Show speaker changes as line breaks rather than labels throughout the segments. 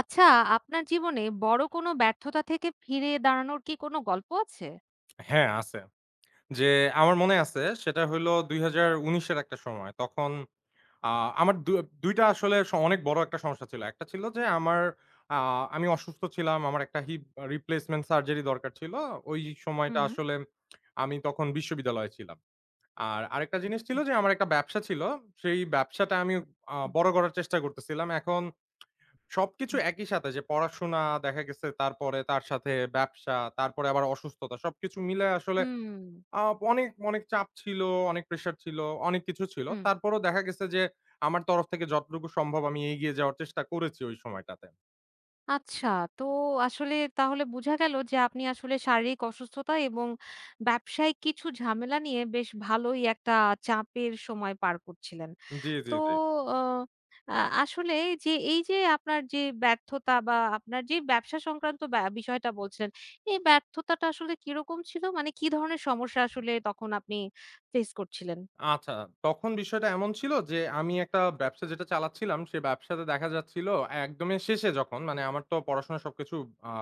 আচ্ছা, আপনার জীবনে বড় কোনো ব্যর্থতা থেকে ফিরে দাঁড়ানোর কি কোনো গল্প আছে?
হ্যাঁ, আছে। যে আমার মনে আছে সেটা হইলো ২০১৯ এর একটা সময়। তখন আ আমার ২ টা আসলে অনেক বড় একটা সমস্যা ছিল। একটা ছিল যে আমার আ আমি অসুস্থ ছিলাম। আমার একটা হিপ রিপ্লেসমেন্ট সার্জারি দরকার ছিল। ওই সময়টা
হুম।
আসলে আমি তখন বিশ্ববিদ্যালয়ে ছিলাম। আর আরেকটা জিনিস ছিল যে আমার একটা ব্যবসা ছিল। সেই ব্যবসাটা আমি বড় করার চেষ্টা করতেছিলাম। এখন সবকিছু একই সাথে যে পড়াশোনা দেখা গেছে তারপরে তার সাথে ব্যবসা, তারপরে আবার অসুস্থতা সবকিছু মিলায় আসলে
হুম,
আ অনেক, অনেক চাপ ছিল, অনেক প্রেশার ছিল, অনেক কিছু ছিল।
হুম।
তারপরেও দেখা গেছে যে আমার তরফ থেকে যতটুকু সম্ভব আমি এগিয়ে যাওয়ার চেষ্টা করেছি ওই সময়টাতে।
আচ্ছা, তো আসলে তাহলে বোঝা গেল যে আপনি আসলে শারীরিক অসুস্থতা এবং ব্যবসায়িক কিছু ঝামেলা নিয়ে বেশ ভালোই একটা চাপের সময় পার করছিলেন।
জি, জি,
তো
জি।
আ আ আসলে যে এই যে আপনার যে ব্যর্থতা বা আপনার যে ব্যবসা সংক্রান্ত বিষয়টা বলছিলেন, এই ব্যর্থতাটা আসলে কিরকম ছিল? মানে কি ধরনের সমস্যা আসলে তখন আপনি ফেস করছিলেন?
আচ্ছা, তখন বিষয়টা এমন ছিল যে আমি একটা ব্যবসা যেটা চালাচ্ছিলাম, সে ব্যবসাতে দেখা যাচ্ছিল একদমই শেষে যখন মানে আমার তো পড়াশোনা সবকিছু আ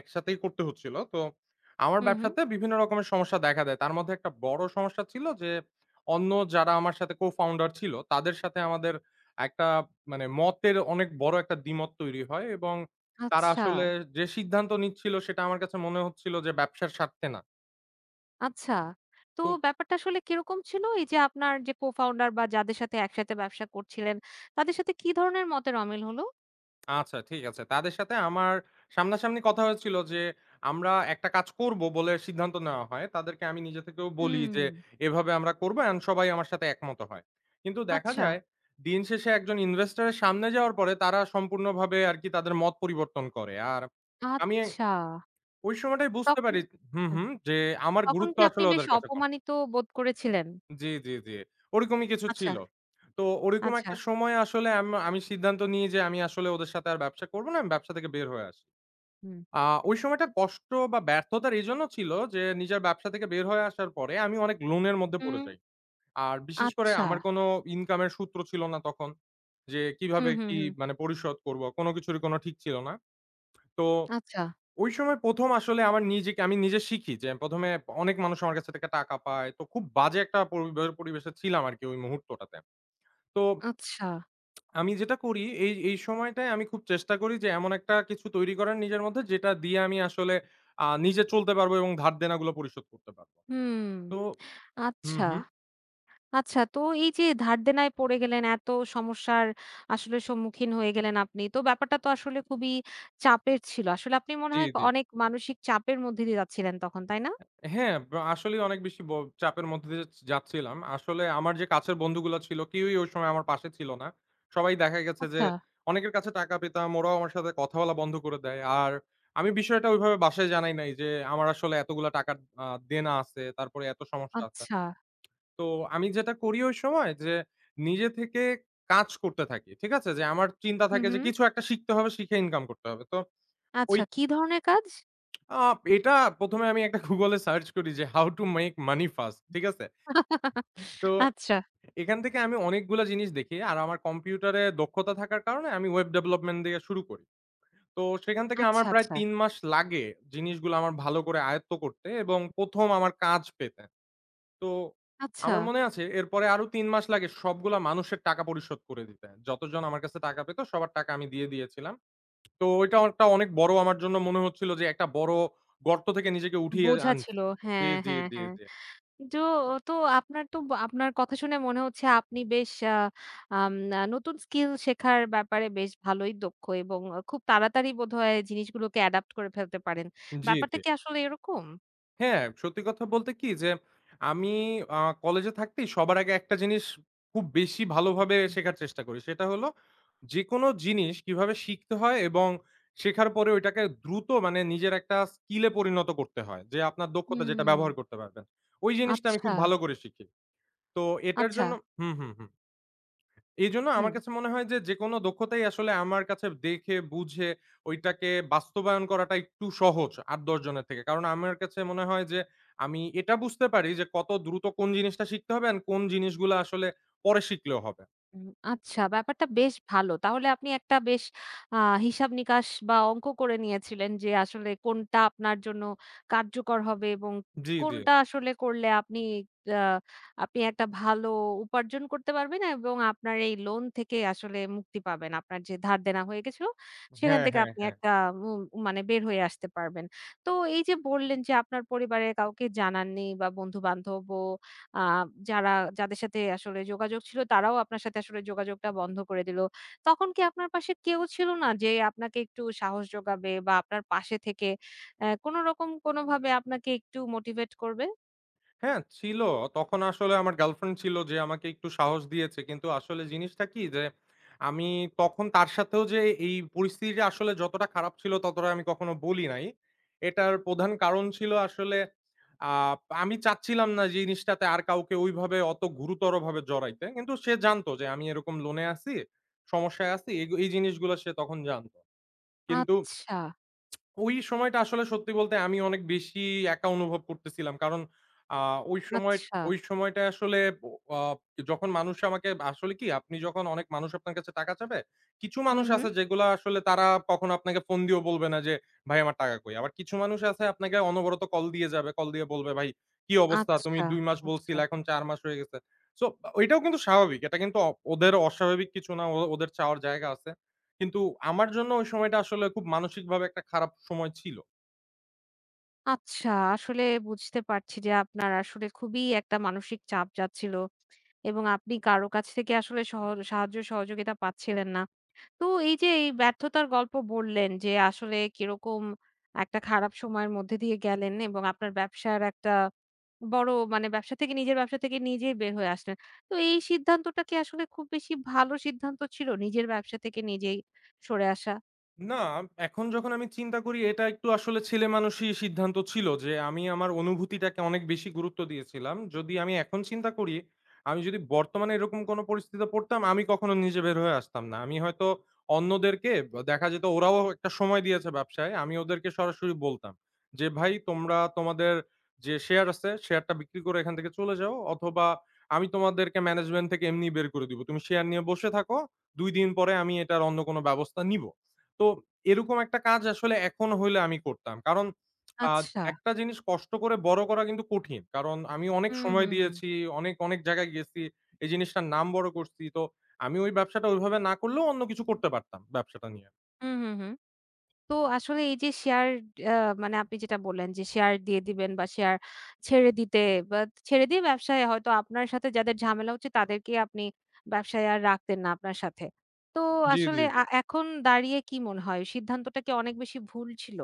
একসাথেই করতে হচ্ছিল। তো আমার
হুম, হুম।
ব্যবসাতে বিভিন্ন রকমের সমস্যা দেখা দেয়। তার মধ্যে একটা বড় সমস্যা ছিল যে অন্য যারা আমার সাথে co-founder ছিল তাদের সাথে আমাদের একটা মানে মতের অনেক বড় একটা দ্বিমত তৈরি হয় এবং তারা
আচ্ছা,
আসলে যে সিদ্ধান্ত নিচ্ছিল সেটা আমার কাছে মনে হচ্ছিল যে ব্যবসার স্বার্থে না।
আচ্ছা। তো
তো
ব্যাপারটা আসলে কিরকম ছিল? এই যে আপনার যে co-founder বা যাদের সাথে একসাথে ব্যবসা করছিলেন, তাদের সাথে কি ধরনের মতের অমিল হলো?
আচ্ছা, ঠিক আছে। তাদের সাথে আমার সামনাসামনি কথা হয়েছিল যে, আমরা একটা কাজ করব বলে সিদ্ধান্ত নেওয়া হয়। তাদেরকে আমি নিজে থেকেও বলি
হুম,
যে, এভাবে আমরা করব অ্যান্ড সবাই আমার সাথে একমত হয়। কিন্তু দেখা
আচ্ছা,
যায় দিন শেষে একজন ইনভেস্টর এর সামনে যাওয়ার পরে তারা সম্পূর্ণভাবে আরকি তাদের মত পরিবর্তন করে। আর আমি
আচ্ছা।
ওই সময়টাই বুঝতে
তখন
পারি, হুম,
হ্যাঁ,
হুম, যে আমার
তখন
গুরুত্ব
কি আপনি
আসলে
বেশ
ওদের কাছে।
অপমানিত বোধ করেছিলেন?
জি, জি, জি। ওরকমই কিছু
আচ্ছা,
ছিল। তো ওরকম
আচ্ছা।
একটা সময়ে আসলে আমি সিদ্ধান্ত নিই যে আমি আসলে ওদের সাথে আর ব্যবসা করব না। আমি ব্যবসা থেকে বের হয়ে আসি।
হুম।
আ ওই সময়টা কষ্ট বা ব্যর্থতার এজন্য ছিল যে নিজের ব্যবসা থেকে বের হয়ে আসার পরে আমি অনেক লোনের মধ্যে পড়ে
হুম,
যাই। আর বিশেষ করে
আচ্ছা।
আমার কোনো ইনকামের সূত্র ছিল না তখন। যে কিভাবে
হুম, হুম,
কি
হুম।
মানে পরিশোধ করব। কোনো কিছুরই কোনো ঠিক ছিল না। তো
আচ্ছা,
ওই সময় ১ম আসলে আমার নিজেকে আমি নিজে শিখি যে ১ম এ অনেক মানুষ আমার কাছ থেকে টাকা পায়। তো খুব বাজে একটা পরিবেশে ছিলাম আরকি ওই মুহূর্তটাতে। তো
আচ্ছা।
আমি যেটা করি এই সময়টায় আমি খুব চেষ্টা করি যে এমন একটা কিছু তৈরি করার নিজের মধ্যে যেটা দিয়ে আমি আসলে নিজে চলতে পারবো এবং ধার দেনাগুলো পরিশোধ করতে পারবো।
হুম,
তো হুম,
আচ্ছা,
হুম।
আচ্ছা। তো এই যে ধার দেনায় পড়ে গেলেন, এত সমস্যার আসলে সম্মুখীন হয়ে গেলেন আপনি। তো ব্যাপারটা তো আসলে খুবই চাপের ছিল। আসলে আপনি মনে
জি,
হয়
জি।
অনেক মানসিক চাপের মধ্যে দিয়ে যাচ্ছিলেন তখন, তাই না?
হ্যাঁ, আসলেই অনেক বেশি চাপের মধ্য দিয়ে যাচ্ছিলাম। আসলে আমার যে কাছের বন্ধুগুলা ছিল কেউই ওই সময় আমার পাশে ছিল না। সবাই দেখা গেছে যে
আচ্ছা,
অনেকের কাছে টাকা পেতাম, ওরাও আমার সাথে কথা বলা বন্ধ করে দেয়। আর আমি বিষয়টা ওইভাবে বাসায় জানাই নাই যে আমার আসলে এতগুলা টাকার আ দেনা আছে, তারপরে এত সমস্যা আছে।
আচ্ছা।
তো আমি যেটা করি ওই সময়, যে নিজে থেকে কাজ করতে থাকি। ঠিক আছে? যে আমার চিন্তা
হুম,
থাকে যে
হুম।
কিছু একটা শিখতে হবে, শিখে ইনকাম করতে হবে। তো ওই
আচ্ছা, কি ধরনের কাজ?
আপ এটা ১ম এ আমি একটা Google এ সার্চ করি যে how to make money fast, ঠিক আছে? তো
আচ্ছা,
এখান থেকে আমি অনেকগুলা জিনিস দেখি। আর আমার কম্পিউটারে দক্ষতা থাকার কারণে আমি ওয়েব ডেভেলপমেন্ট দিয়ে শুরু করি। তো সেখান থেকে
আচ্ছা,
আমার প্রায়
আচ্ছা,
৩ মাস লাগে জিনিসগুলো আমার ভালো করে আয়ত্ত করতে এবং ১ম আমার কাজ পেতে। তো
আচ্ছা।
আমার মনে আছে এরপরে আরো ৩ মাস লাগে সবগুলা মানুষের টাকা পরিশোধ করে দিতে। যতজন আমার কাছে টাকা পেত সবার টাকা আমি দিয়ে দিয়েছিলাম। তো ওইটা একটা অনেক বড়, আমার জন্য মনে হচ্ছিল যে একটা বড় গর্ত থেকে নিজেকে উঠিয়ে
বোঝা
আনছি।
ছিল।
জি,
হ্যাঁ,
জি,
হ্যাঁ,
জি,
হ্যাঁ।
জি।
তো তো আপনার তো আপনার কথা শুনে মনে হচ্ছে আপনি বেশ আম নতুন স্কিল শেখার ব্যাপারে বেশ ভালোই দক্ষ এবং খুব তাড়াতাড়ি বোধহয় জিনিসগুলোকে অ্যাডাপ্ট করে ফেলতে পারেন।
জি,
ব্যাপারটা
জি।
কি আসলে এরকম?
হ্যাঁ, সত্যি কথা বলতে কি, যে আমি কলেজে থাকতেই সবার আগে একটা জিনিস খুব বেশি ভালোভাবে শেখার চেষ্টা করি। সেটা হলো যেকোনো জিনিস কিভাবে শিখতে হয় এবং শেখার পরে ওইটাকে দ্রুত মানে নিজের একটা স্কিলে পরিণত করতে হয়। যে আপনার দক্ষতা যেটা
হুম,
ব্যবহার করতে পারবেন। ওই জিনিসটা আমি
আচ্ছা,
খুব ভালো করে শিখি। তো এটার
আচ্ছা।
জন্য হুম, হুম, হুম। এইজন্য আমার
হুম।
কাছে মনে হয় যে, যেকোনো দক্ষতাই আসলে আমার কাছে দেখে বুঝে ঐটাকে বাস্তবায়ন করাটা একটু সহজ ৮-১০ জনের থেকে। কারণ আমার কাছে মনে হয় যে, আমি এটা বুঝতে পারি যে, কত দ্রুত কোন জিনিসটা শিখতে হবে and কোন জিনিসগুলা আসলে পরে শিখলেও হবে।
উম আচ্ছা ব্যাপারটা বেশ ভালো। তাহলে আপনি একটা বেশ আ হিসাব-নিকাশ বা অঙ্ক করে নিয়েছিলেন যে আসলে কোনটা আপনার জন্য কার্যকর হবে এবং
জি, জি।
কোনটা আসলে করলে আপনি আ আপনি একটা ভালো উপার্জন করতে পারবেন এবং আপনার এই লোন থেকে আসলে মুক্তি পাবেন। আপনার যে ধার দেনা হয়ে গেছিল সেখান
হ্যাঁ,
থেকে
হ্যাঁ,
আপনি
হ্যাঁ।
একটা মু মানে বের হয়ে আসতে পারবেন। তো এই যে বললেন যে আপনার পরিবারের কাউকে জানাননি বা বন্ধু-বান্ধবও আ যারা যাদের সাথে আসলে যোগাযোগ ছিল তারাও আপনার সাথে আসলে যোগাযোগটা বন্ধ করে দিল। তখন কি আপনার পাশে কেউ ছিল না যে আপনাকে একটু সাহস যোগাবে বা আপনার পাশে থেকে কোনরকম কোনভাবে আপনাকে একটু মোটিভেট করবে?
হ্যাঁ, ছিল। তখন আসলে আমার গার্লফ্রেন্ড ছিল যে আমাকে একটু সাহস দিয়েছে। কিন্তু আসলে জিনিসটা কি, যে আমি তখন তার সাথেও যে এই পরিস্থিতিটা আসলে যতটা খারাপ ছিল ততটা আমি কখনো বলি নাই। এটার প্রধান কারণ ছিল আসলে আ আমি চাচ্ছিলাম না যে জিনিসটাতে আর কাউকে ওইভাবে অত গুরুতরভাবে জড়াইতে। কিন্তু সে জানতো যে আমি এরকম লোনে আছি, সমস্যায় আছি। এই এই জিনিসগুলো সে তখন জানতো। কিন্তু
আচ্ছা,
ওই সময়টা আসলে সত্যি বলতে আমি অনেক বেশি একা অনুভব করতেছিলাম। কারণ আ ওই সময়
আচ্ছা।
ওই সময়টায় আসলে আ যখন মানুষ আমাকে আসলে কি, আপনি যখন অনেক মানুষ আপনার কাছে টাকা চাবে, কিছু
হুম,
মানুষ
হুম।
আছে যেগুলা আসলে তারা কখনো আপনাকে ফোন দিয়েও বলবে না যে, "ভাই আমার টাকা কই?" আবার কিছু মানুষ আছে আপনাকে অনবরত কল দিয়ে যাবে। কল দিয়ে বলবে, "ভাই কি অবস্থা? তুমি
আচ্ছা,
২ মাস
আচ্ছা।
বলছিলা, এখন ৪ মাস হয়ে গেছে।" সো ওইটাও কিন্তু স্বাভাবিক। এটা কিন্তু ওদের অস্বাভাবিক কিছু না। ওদের চাওয়ার জায়গা আছে। কিন্তু আমার জন্য ওই সময়টা আসলে খুব মানসিকভাবে একটা খারাপ সময় ছিল।
আচ্ছা, আসলে বুঝতে পারছি যে আপনার আসলে খুবই একটা মানসিক চাপ যাচ্ছিল এবং আপনি কারো কাছ থেকে আসলে সাহায্য সহযোগিতা পাচ্ছিলেন না। তো এই যে এই ব্যর্থতার গল্প বললেন যে আসলে কিরকম একটা খারাপ সময়ের মধ্যে দিয়ে গেলেন এবং আপনার ব্যবসার একটা বড় মানে ব্যবসা থেকে নিজের ব্যবসা থেকে নিজেই বের হয়ে আসলেন। তো এই সিদ্ধান্তটা কি আসলে খুব বেশি ভালো সিদ্ধান্ত ছিল নিজের ব্যবসা থেকে নিজেই সরে আসা?
না, এখন যখন আমি চিন্তা করি এটা একটু আসলে ছেলেমানুষি সিদ্ধান্ত ছিল যে আমি আমার অনুভূতিটাকে অনেক বেশি গুরুত্ব দিয়েছিলাম। যদি আমি এখন চিন্তা করি, আমি যদি বর্তমানে এরকম কোনো পরিস্থিতিতে পড়তাম, আমি কখনো নিজে বের হয়ে আসতাম না। আমি হয়তো অন্যদেরকে, বা দেখা যেত ওরাও একটা সময় দিয়েছে ব্যবসায়, আমি ওদেরকে সরাসরি বলতাম যে, "ভাই তোমরা তোমাদের যে শেয়ার আছে, শেয়ারটা বিক্রি করে এখান থেকে চলে যাও, অথবা আমি তোমাদেরকে ম্যানেজমেন্ট থেকে এমনি বের করে দিব। তুমি শেয়ার নিয়ে বসে থাকো। ২ দিন পরে আমি এটার অন্য কোনো ব্যবস্থা নিব।" তো এরকম একটা কাজ আসলে এখন হইলে আমি করতাম। কারণ আ
আচ্ছা।
একটা জিনিস কষ্ট করে বড় করা কিন্তু কঠিন। কারণ আমি অনেক
হুম,
সময়
হুম, হুম।
দিয়েছি, অনেক, অনেক জায়গায় গেছি। এই জিনিসটার নাম বড় করছি। তো আমি ওই ব্যবসাটা ওইভাবে না করলেও অন্য কিছু করতে পারতাম ব্যবসাটা নিয়ে।
হুম, হুম, হুম। তো আসলে এই যে শেয়ার আ মানে আপনি যেটা বললেন যে শেয়ার দিয়ে দিবেন বা শেয়ার ছেড়ে দিতে বা ছেড়ে দিয়ে ব্যবসায় হয়তো আপনার সাথে যাদের ঝামেলা হচ্ছে তাদেরকে আপনি ব্যবসায় আর রাখতেন না আপনার সাথে। তো
জি, জি,
আসলে
জি।
এখন দাঁড়িয়ে কি মনে হয় সিদ্ধান্তটা কি অনেক বেশি ভুল ছিল?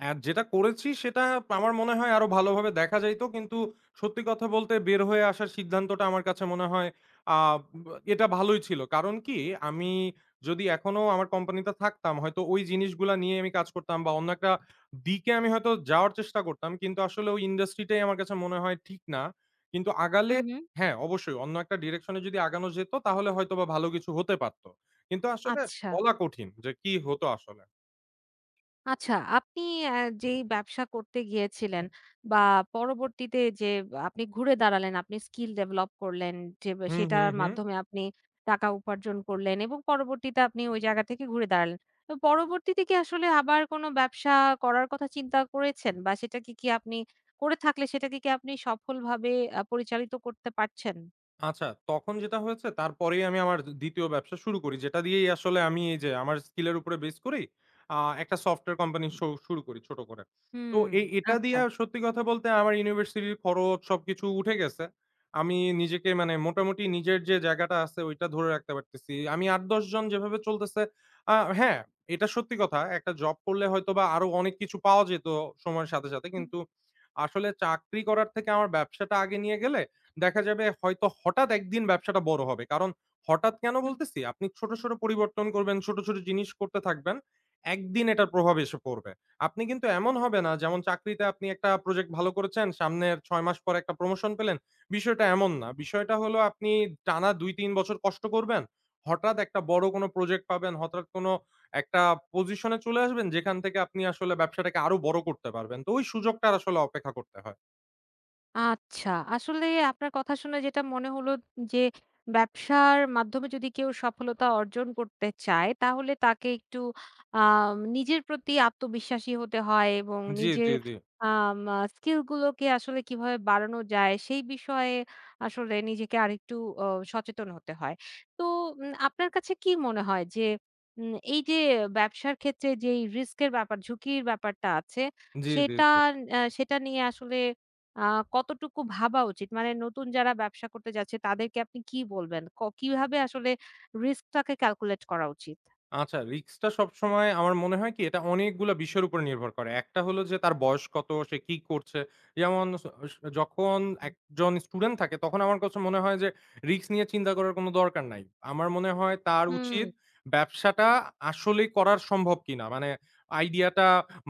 যেটা করেছি সেটা আমার মনে হয় আরো ভালোভাবে দেখা যাইত। কিন্তু সত্যি কথা বলতে বের হয়ে আসার সিদ্ধান্তটা আমার কাছে মনে হয় আ এটা ভালোই ছিল। কারণ কি, আমি যদি এখনো আমার কোম্পানিতে থাকতাম হয়তো ওই জিনিসগুলা নিয়ে আমি কাজ করতাম বা অন্য একটা দিকে আমি হয়তো যাওয়ার চেষ্টা করতাম। কিন্তু আসলে ওই ইন্ডাস্ট্রিটাই আমার কাছে মনে হয় ঠিক না। কিন্তু
হু,
আগালে,
হু।
হ্যাঁ, অবশ্যই অন্য একটা ডিরেকশন এ যদি আগানো যেত তাহলে হয়তোবা ভালো কিছু হতে পারত। কিন্তু আসলে
আচ্ছা।
বলা কঠিন যে কি হতো আসলে।
আচ্ছা, আপনি অ্যা যেই ব্যবসা করতে গিয়েছিলেন বা পরবর্তীতে যে আপনি ঘুরে দাঁড়ালেন, আপনি স্কিল ডেভেলপ করলেন,
হুম, হুম,
সেটার
হুম।
মাধ্যমে আপনি টাকা উপার্জন করলেন এবং পরবর্তীতে আপনি ওই জায়গা থেকে ঘুরে দাঁড়ালেন। তো পরবর্তীতে কি আসলে আবার কোনো ব্যবসা করার কথা চিন্তা করেছেন? বা সেটাকে কি কি আপনি করে থাকলে সেটাকে কি আপনি সফলভাবে পরিচালিত করতে পারছেন?
আচ্ছা, তখন যেটা হয়েছে তারপরেই আমি আমার ২য় ব্যবসা শুরু করি। যেটা দিয়েই আসলে আমি এই যে আমার স্কিল এর উপরে বেস করেই আ একটা সফটওয়্যার কোম্পানি শুরু করি ছোট করে। তো
হুম,
এটা দিয়ে
আচ্ছা।
আর সত্যি কথা বলতে আমার ইউনিভার্সিটির খরচ সবকিছু উঠে গেছে। আমি নিজেকে মানে মোটামুটি নিজের যে জায়গাটা আছে ওইটা ধরে রাখতে পারতেছি। আমি ৮-১০ জন যেভাবে চলতেছে হ্যাঁ, এটা সত্যি কথা। একটা জব করলে হয়তোবা আরো অনেক কিছু পাওয়া যেত সময়ের সাথে, সাথে। কিন্তু আসলে চাকরি করার থেকে আমার ব্যবসাটা আগে নিয়ে গেলে দেখা যাবে হয়তো হঠাৎ একদিন ব্যবসাটা বড় হবে। কারণ হঠাৎ কেন
হুম।
বলতেছি? আপনি ছোট, ছোট পরিবর্তন করবেন, ছোট, ছোট জিনিস করতে থাকবেন। একদিন এটার প্রভাব এসে পড়বে। আপনি কিন্তু এমন হবে না যেমন চাকরিতে আপনি একটা প্রজেক্ট ভালো করেছেন, সামনের ৬ মাস পরে একটা প্রমোশন পেলেন। বিষয়টা এমন না। বিষয়টা হলো আপনি টানা ২-৩ বছর কষ্ট করবেন। হঠাৎ একটা বড় কোনো প্রজেক্ট পাবেন, হঠাৎ কোনো একটা পজিশনে চলে আসবেন যেখান থেকে আপনি আসলে ব্যবসাটাকে আরো বড় করতে পারবেন। তো ওই সুযোগটার আসলে অপেক্ষা করতে হয়।
আচ্ছা। আসলে আপনার কথা শুনে যেটা মনে হলো যে, ব্যবসার মাধ্যমে যদি কেউ সফলতা অর্জন করতে চায়, তাহলে তাকে একটু আম নিজের প্রতি আত্মবিশ্বাসী হতে হয় এবং
জি, জি,
নিজের
জি।
আম আ স্কিল গুলোকে আসলে কিভাবে বাড়ানো যায়, সেই বিষয়ে আসলে নিজেকে আরেকটু অ সচেতন হতে হয়। তো আপনার কাছে কি মনে হয় যে, এই যে ব্যবসার ক্ষেত্রে যেই রিস্ক এর ব্যাপার, ঝুঁকির ব্যাপারটা আছে,
জি, জি,
সেটা
জি।
সেটা নিয়ে আসলে আ কতটুকু ভাবা উচিত? মানে নতুন যারা ব্যবসা করতে যাচ্ছে তাদেরকে আপনি কি বলবেন? কিভাবে আসলে রিস্কটাকে ক্যালকুলেট করা উচিত?
আচ্ছা, রিস্কটা সবসময় আমার মনে হয় কি, এটা অনেকগুলা বিষয়ের উপর নির্ভর করে। একটা হলো যে তার বয়স কত, সে কি করছে। যেমন স স যখন একজন স্টুডেন্ট থাকে তখন আমার কাছে মনে হয় যে রিস্ক নিয়ে চিন্তা করার কোনো দরকার নাই। আমার মনে হয় তার
হুম,
উচিত ব্যবসাটা আসলেই করার সম্ভব কিনা? মানে আইডিয়াটা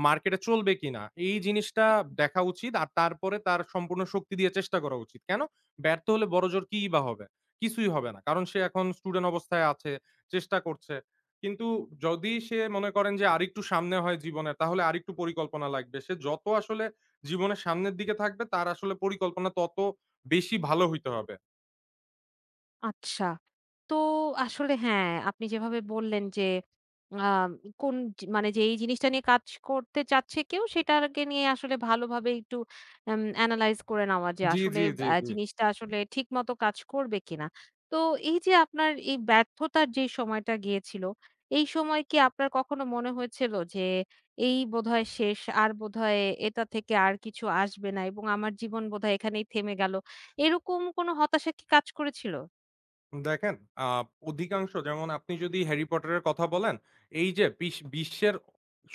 মার্কেটে চলবে কিনা? এই জিনিসটা
হুম।
দেখা উচিত। আর তারপরে তার সম্পূর্ণ শক্তি দিয়ে চেষ্টা করা উচিত। কেন? ব্যর্থ হলে বড়জোর কিই বা হবে? কিছুই হবে না। কারণ সে এখন স্টুডেন্ট অবস্থায় আছে, চেষ্টা করছে। কিন্তু যদি সে মনে করেন যে আরেকটু সামনে হয় জীবনের, তাহলে আরেকটু পরিকল্পনা লাগবে। সে যত আসলে জীবনের সামনের দিকে থাকবে, তার আসলে পরিকল্পনা তত বেশি ভালো হইতে হবে।
আচ্ছা। তো আসলে হ্যাঁ, আপনি যেভাবে বললেন যে আ কোন যে মানে যেই জিনিসটা নিয়ে কাজ করতে চাচ্ছে কেউ সেটাকে নিয়ে আসলে ভালোভাবে একটু এনালাইজ করে নেওয়া যে
জি,
আসলে
জি, জি, জি।
জিনিসটা আসলে ঠিকমতো কাজ করবে কিনা। তো এই যে আপনার এই ব্যর্থতার যে সময়টা গিয়েছিল, এই সময় কি আপনার কখনো মনে হয়েছিল যে এই বোধহয় শেষ আর বোধহয় এটা থেকে আর কিছু আসবে না এবং আমার জীবন বোধহয় এখানেই থেমে গেল। এরকম কোনো হতাশা কি কাজ করেছিল?
দেখেন, আ অধিকাংশ, যেমন আপনি যদি 'হ্যারি পটার' এর কথা বলেন, এই যে বিশ্বের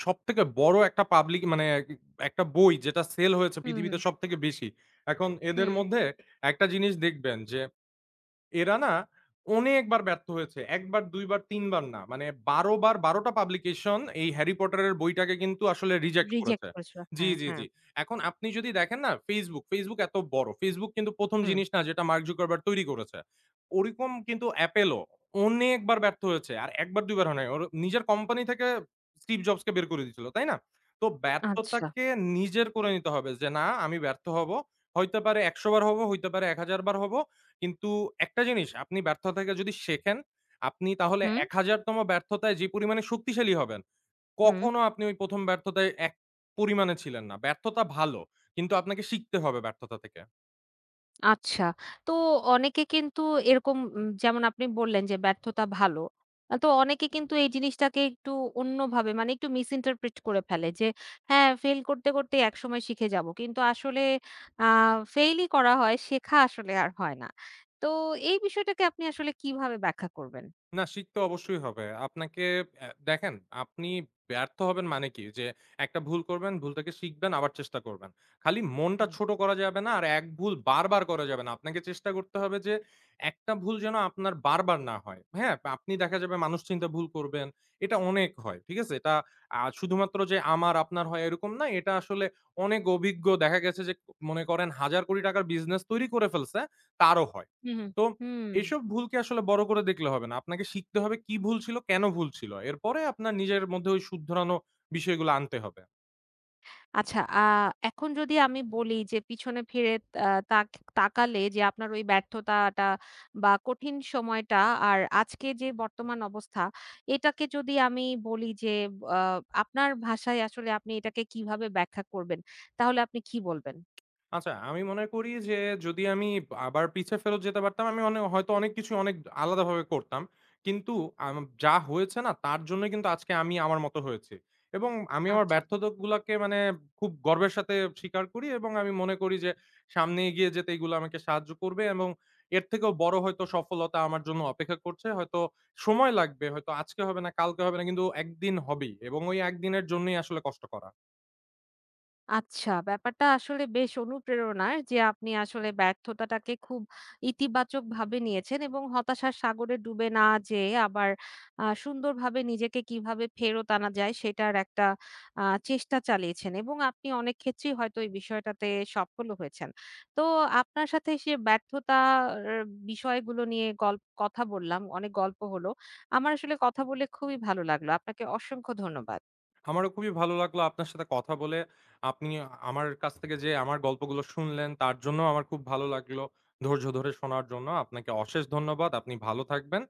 সবথেকে বড় একটা পাবলিক মানে একটা বই যেটা সেল হয়েছে
হুম,
পৃথিবীতে
হুম,
সবথেকে বেশি। এখন এদের
হুম।
মধ্যে একটা জিনিস দেখবেন যে এরা না অনেকবার ব্যর্থ হয়েছে। ১ বার, ২ বার, ৩ বার না। মানে ১২ বার, ১২ টা পাবলিকেশন এই হ্যারি পটারের বইটাকে কিন্তু আসলে রিজেক্ট
রিজেক্ট
করেছে।
করেছিল।
জি,
হ্যাঁ,
জি,
হ্যাঁ।
জি। এখন আপনি যদি দেখেন না Facebook, Facebook এত বড়। Facebook কিন্তু ১ম
হুম।
জিনিস না যেটা মার্ক জুকারবার্গ তৈরি করেছে। ওরকম কিন্তু Apple ও অনেকবার ব্যর্থ হয়েছে। আর ১ বার ২ বার হয় নাই। ওর নিজের কোম্পানি থেকে স্টিভ জবসকে বের করে দিয়েছিল, তাই না? তো
আচ্ছা।
ব্যর্থতাকে নিজের করে নিতে হবে যে, না আমি ব্যর্থ হব। হইতে পারে ১০০ বার হব, হইতে পারে ১০০০ বার হব। কিন্তু একটা জিনিস, আপনি ব্যর্থতাকে যদি শেখেন, আপনি তাহলে
হুম,
১০০০ তম ব্যর্থতায় যে পরিমাণে শক্তিশালী হবেন,
হুম।
কখনো আপনি ওই ১ম ব্যর্থতায় এক পরিমাণে ছিলেন না। ব্যর্থতা ভালো। কিন্তু আপনাকে শিখতে হবে ব্যর্থতা থেকে।
আচ্ছা। তো অনেকে কিন্তু এরকম উম যেমন আপনি বললেন যে ব্যর্থতা ভালো। আ তো অনেকে কিন্তু এই জিনিসটাকে একটু অন্যভাবে মানে একটু মিসইন্টারপ্রিট করে ফেলে যে হ্যাঁ, ফেইল করতে, করতেই একসময় শিখে যাব। কিন্তু আসলে আ ফেইলই করা হয়, শেখা আসলে আর হয় না। তো এই বিষয়টাকে আপনি আসলে কিভাবে ব্যাখ্যা করবেন?
না, শিখতে অবশ্যই হবে। আপনাকে দেখেন, আপনি ব্যর্থ হবেন মানে কি? যে একটা ভুল করবেন, ভুল থেকে শিখবেন, আবার চেষ্টা করবেন। খালি মনটা
হুম।
ছোট করা যাবে না, আর এক ভুল বারবার করা যাবে না। আপনাকে চেষ্টা করতে হবে যে, একটা ভুল যেন আপনার বারবার না হয়। হ্যাঁ? আপনি দেখা যাবে মানুষ চিন্তা ভুল করবেন। এটা অনেক হয়। ঠিক আছে? এটা শুধুমাত্র যে আমার, আপনার হয় এরকম না। এটা আসলে অনেক অভিজ্ঞ দেখা গেছে যে, মনে করেন হাজার কোটি টাকার বিজনেস তৈরি করে ফেলছে, তারও হয়।
হুম, হুম।
তো
হুম।
এইসব ভুলকে আসলে বড় করে দেখলে হবে না। আপনাকে শিখতে হবে কি ভুল ছিল, কেন ভুল ছিল। এরপরে আপনার নিজের মধ্যে ওই শুধরানো বিষয়গুলো আনতে হবে।
আচ্ছা, এখন যদি আমি বলি যে পিছনে ফিরে আ তাক তাকালে যে আপনার ওই ব্যর্থতাটা বা কঠিন সময়টা আর আজকে যে বর্তমান অবস্থা, এটাকে যদি আমি বলি যে আ আপনার ভাষায় আসলে আপনি এটাকে কিভাবে ব্যাখ্যা করবেন? তাহলে আপনি কি বলবেন?
আচ্ছা, আমি মনে করি যে যদি আমি আবার পিছে ফেরত যেতে পারতাম, আমি হয়তো অনেক কিছু অনেক আলাদাভাবে করতাম। কিন্তু আম যা হয়েছে না তার জন্যই কিন্তু আজকে আমি আমার মতো হয়েছি। এবং আমি আমার
আচ্ছা।
ব্যর্থতাগুলাকে মানে খুব গর্বের সাথে স্বীকার করি এবং আমি মনে করি যে সামনে এগিয়ে যেতে এগুলো আমাকে সাহায্য করবে এবং এর থেকেও বড় হয়তো সফলতা আমার জন্য অপেক্ষা করছে। হয়তো সময় লাগবে, হয়তো আজকে হবে না, কালকে হবে না, কিন্তু একদিন হবেই এবং ওই একদিনের জন্যই আসলে কষ্ট করা।
আচ্ছা, ব্যাপারটা আসলে বেশ অনুপ্রেরণার যে আপনি আসলে ব্যর্থতাটাকে খুব ইতিবাচকভাবে নিয়েছেন এবং হতাশার সাগরে ডুবে না যেয়ে আবার সুন্দরভাবে নিজেকে কিভাবে ফেরত আনা যায় সেটার একটা আ চেষ্টা চালিয়েছেন এবং আপনি অনেক ক্ষেত্রেই হয়তো এই বিষয়টাতে সফলও হয়েছেন। তো আপনার সাথে সে ব্যর্থতার বিষয়গুলো নিয়ে গল্প কথা বললাম, অনেক গল্প হলো। আমার আসলে কথা বলে খুবই ভালো লাগলো। আপনাকে অসংখ্য ধন্যবাদ।
আমারও খুবই ভালো লাগলো আপনার সাথে কথা বলে। আপনি আমার কাছ থেকে যে আমার গল্পগুলো শুনলেন তার জন্যও আমার খুব ভালো লাগলো। ধৈর্য ধরে শোনার জন্য আপনাকে অশেষ ধন্যবাদ। আপনি ভালো থাকবেন।